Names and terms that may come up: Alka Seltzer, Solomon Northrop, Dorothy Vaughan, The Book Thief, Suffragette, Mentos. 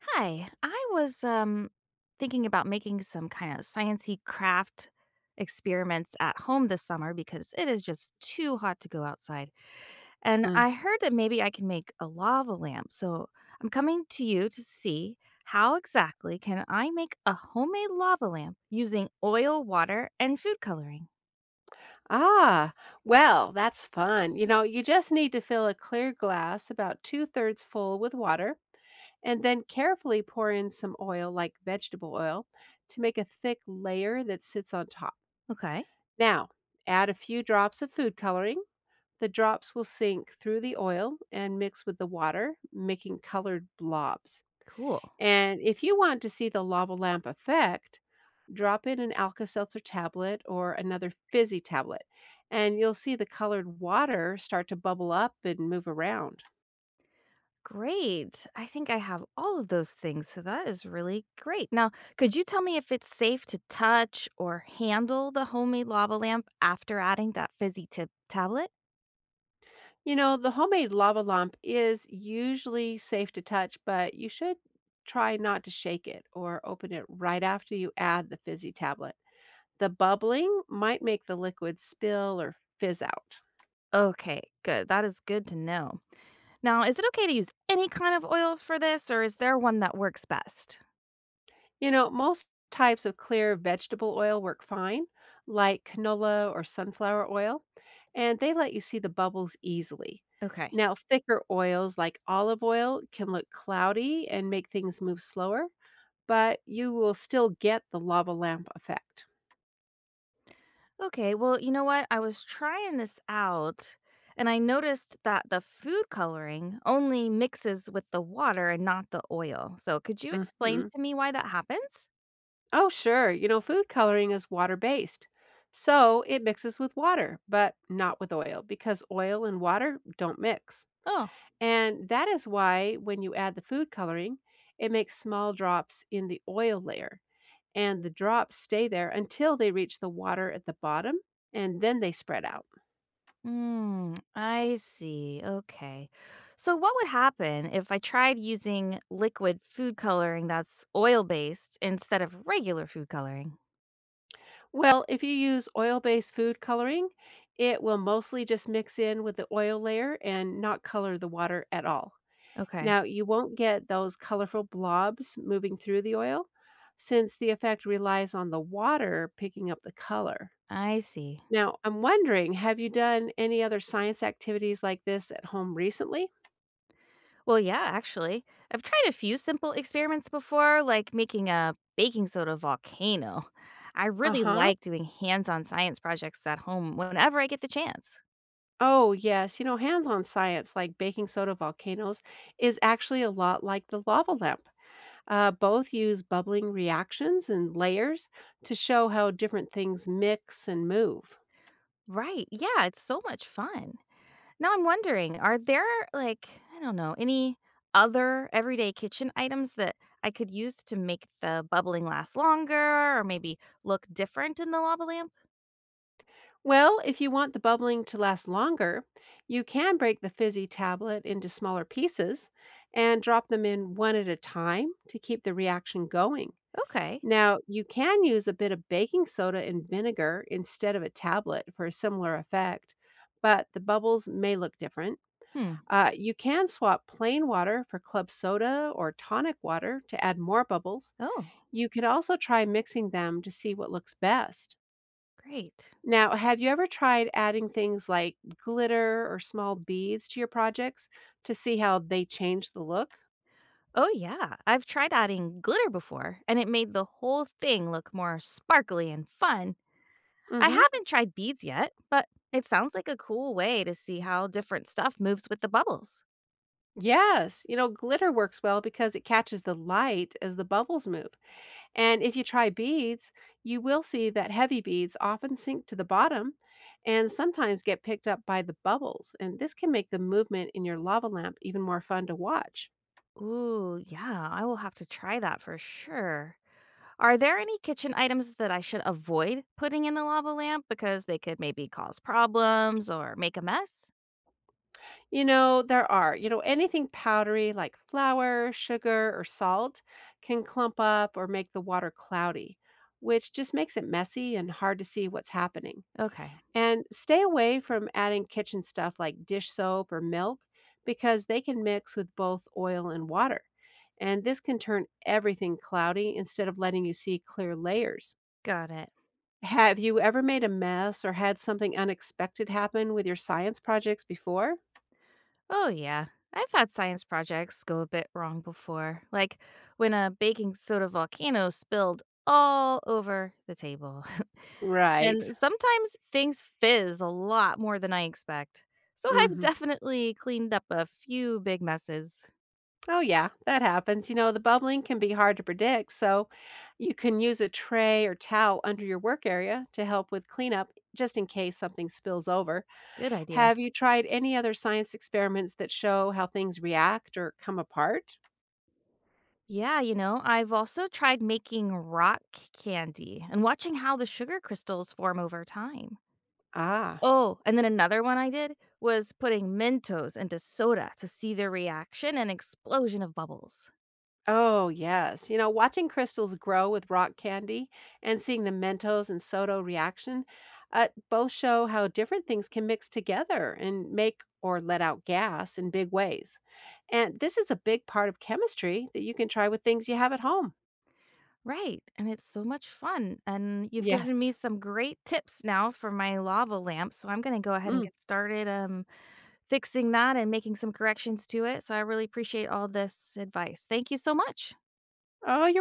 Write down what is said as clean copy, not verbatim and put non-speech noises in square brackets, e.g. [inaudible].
Hi, I was thinking about making some kind of sciency craft experiments at home this summer because it is just too hot to go outside. And Mm. I heard that maybe I can make a lava lamp. So I'm coming to you to see how exactly can I make a homemade lava lamp using oil, water, and food coloring. Ah, well, that's fun. You know, you just need to fill a clear glass about two thirds full with water and then carefully pour in some oil, like vegetable oil, to make a thick layer that sits on top. Okay, Now, add a few drops of food coloring. The drops will sink through the oil and mix with the water, making colored blobs. cool. And if you want to see the lava lamp effect, drop in an Alka Seltzer tablet or another fizzy tablet, and you'll see the colored water start to bubble up and move around. Great. I think I have all of those things, so that is really great. Now, could you tell me if it's safe to touch or handle the homemade lava lamp after adding that fizzy tip tablet? You know, the homemade lava lamp is usually safe to touch, but you should try not to shake it or open it right after you add the fizzy tablet. The bubbling might make the liquid spill or fizz out. Okay, good. That is good to know. Now, is it okay to use any kind of oil for this, or is there one that works best? You know, most types of clear vegetable oil work fine, like canola or sunflower oil, and they let you see the bubbles easily. Okay. Now, thicker oils like olive oil can look cloudy and make things move slower, but you will still get the lava lamp effect. Okay, well, you know what? I was trying this out and I noticed that the food coloring only mixes with the water and not the oil. So, could you explain Hmm. to me why that happens? Oh, sure. You know, food coloring is water based. So it mixes with water, but not with oil because oil and water don't mix. Oh, And that is why when you add the food coloring, it makes small drops in the oil layer, and the drops stay there until they reach the water at the bottom and then they spread out. mm, I see. Okay. So, what would happen if I tried using liquid food coloring that's oil based instead of regular food coloring? Well, if you use oil based food coloring, it will mostly just mix in with the oil layer and not color the water at all. Okay, Now, you won't get those colorful blobs moving through the oil since the effect relies on the water picking up the color. I see. Now, I'm wondering, have you done any other science activities like this at home recently? Well, yeah, actually, I've tried a few simple experiments before, like making a baking soda volcano. I really Uh-huh. like doing hands on science projects at home whenever I get the chance. Oh, yes. You know, hands-on science like baking soda volcanoes is actually a lot like the lava lamp. Both use bubbling reactions and layers to show how different things mix and move. Right. Yeah, it's so much fun. Now I'm wondering, are there, like, I don't know, any other everyday kitchen items that I could use to make the bubbling last longer or maybe look different in the lava lamp? Well, if you want the bubbling to last longer, you can break the fizzy tablet into smaller pieces and drop them in one at a time to keep the reaction going. Okay. Now, you can use a bit of baking soda and vinegar instead of a tablet for a similar effect, but the bubbles may look different. Hmm. You can swap plain water for club soda or tonic water to add more bubbles. Oh, You could also try mixing them to see what looks best. great. Now, have you ever tried adding things like glitter or small beads to your projects to see how they change the look? Oh, yeah. I've tried adding glitter before, and it made the whole thing look more sparkly and fun. I Mm-hmm. haven't tried beads yet, but it sounds like a cool way to see how different stuff moves with the bubbles. Yes, you know, glitter works well because it catches the light as the bubbles move. And if you try beads, you will see that heavy beads often sink to the bottom and sometimes get picked up by the bubbles. And this can make the movement in your lava lamp even more fun to watch. Ooh, yeah, I will have to try that for sure. Are there any kitchen items that I should avoid putting in the lava lamp because they could maybe cause problems or make a mess? You know, there are, anything powdery like flour, sugar, or salt can clump up or make the water cloudy, which just makes it messy and hard to see what's happening. Okay, And stay away from adding kitchen stuff like dish soap or milk because they can mix with both oil and water. And this can turn everything cloudy instead of letting you see clear layers. got it. Have you ever made a mess or had something unexpected happen with your science projects before? Oh, yeah. I've had science projects go a bit wrong before, like when a baking soda volcano spilled all over the table. [laughs] Right. And sometimes things fizz a lot more than I expect. So I've Hmm. definitely cleaned up a few big messes. Oh, yeah, that happens. You know, the bubbling can be hard to predict, so you can use a tray or towel under your work area to help with cleanup just in case something spills over. Good idea. Have you tried any other science experiments that show how things react or come apart? Yeah, you know, I've also tried making rock candy and watching how the sugar crystals form over time. Ah, Oh, and then another one I did was putting Mentos into soda to see their reaction and explosion of bubbles. oh, yes. You know, watching crystals grow with rock candy and seeing the Mentos and Soto reaction both show how different things can mix together and make or let out gas in big ways. And this is a big part of chemistry that you can try with things you have at home. Right, and it's so much fun. And you've given me Yes. some great tips now for my lava lamp, so I'm going to go ahead and Mm. get started fixing that and making some corrections to it. So I really appreciate all this advice. Thank you so much. Oh,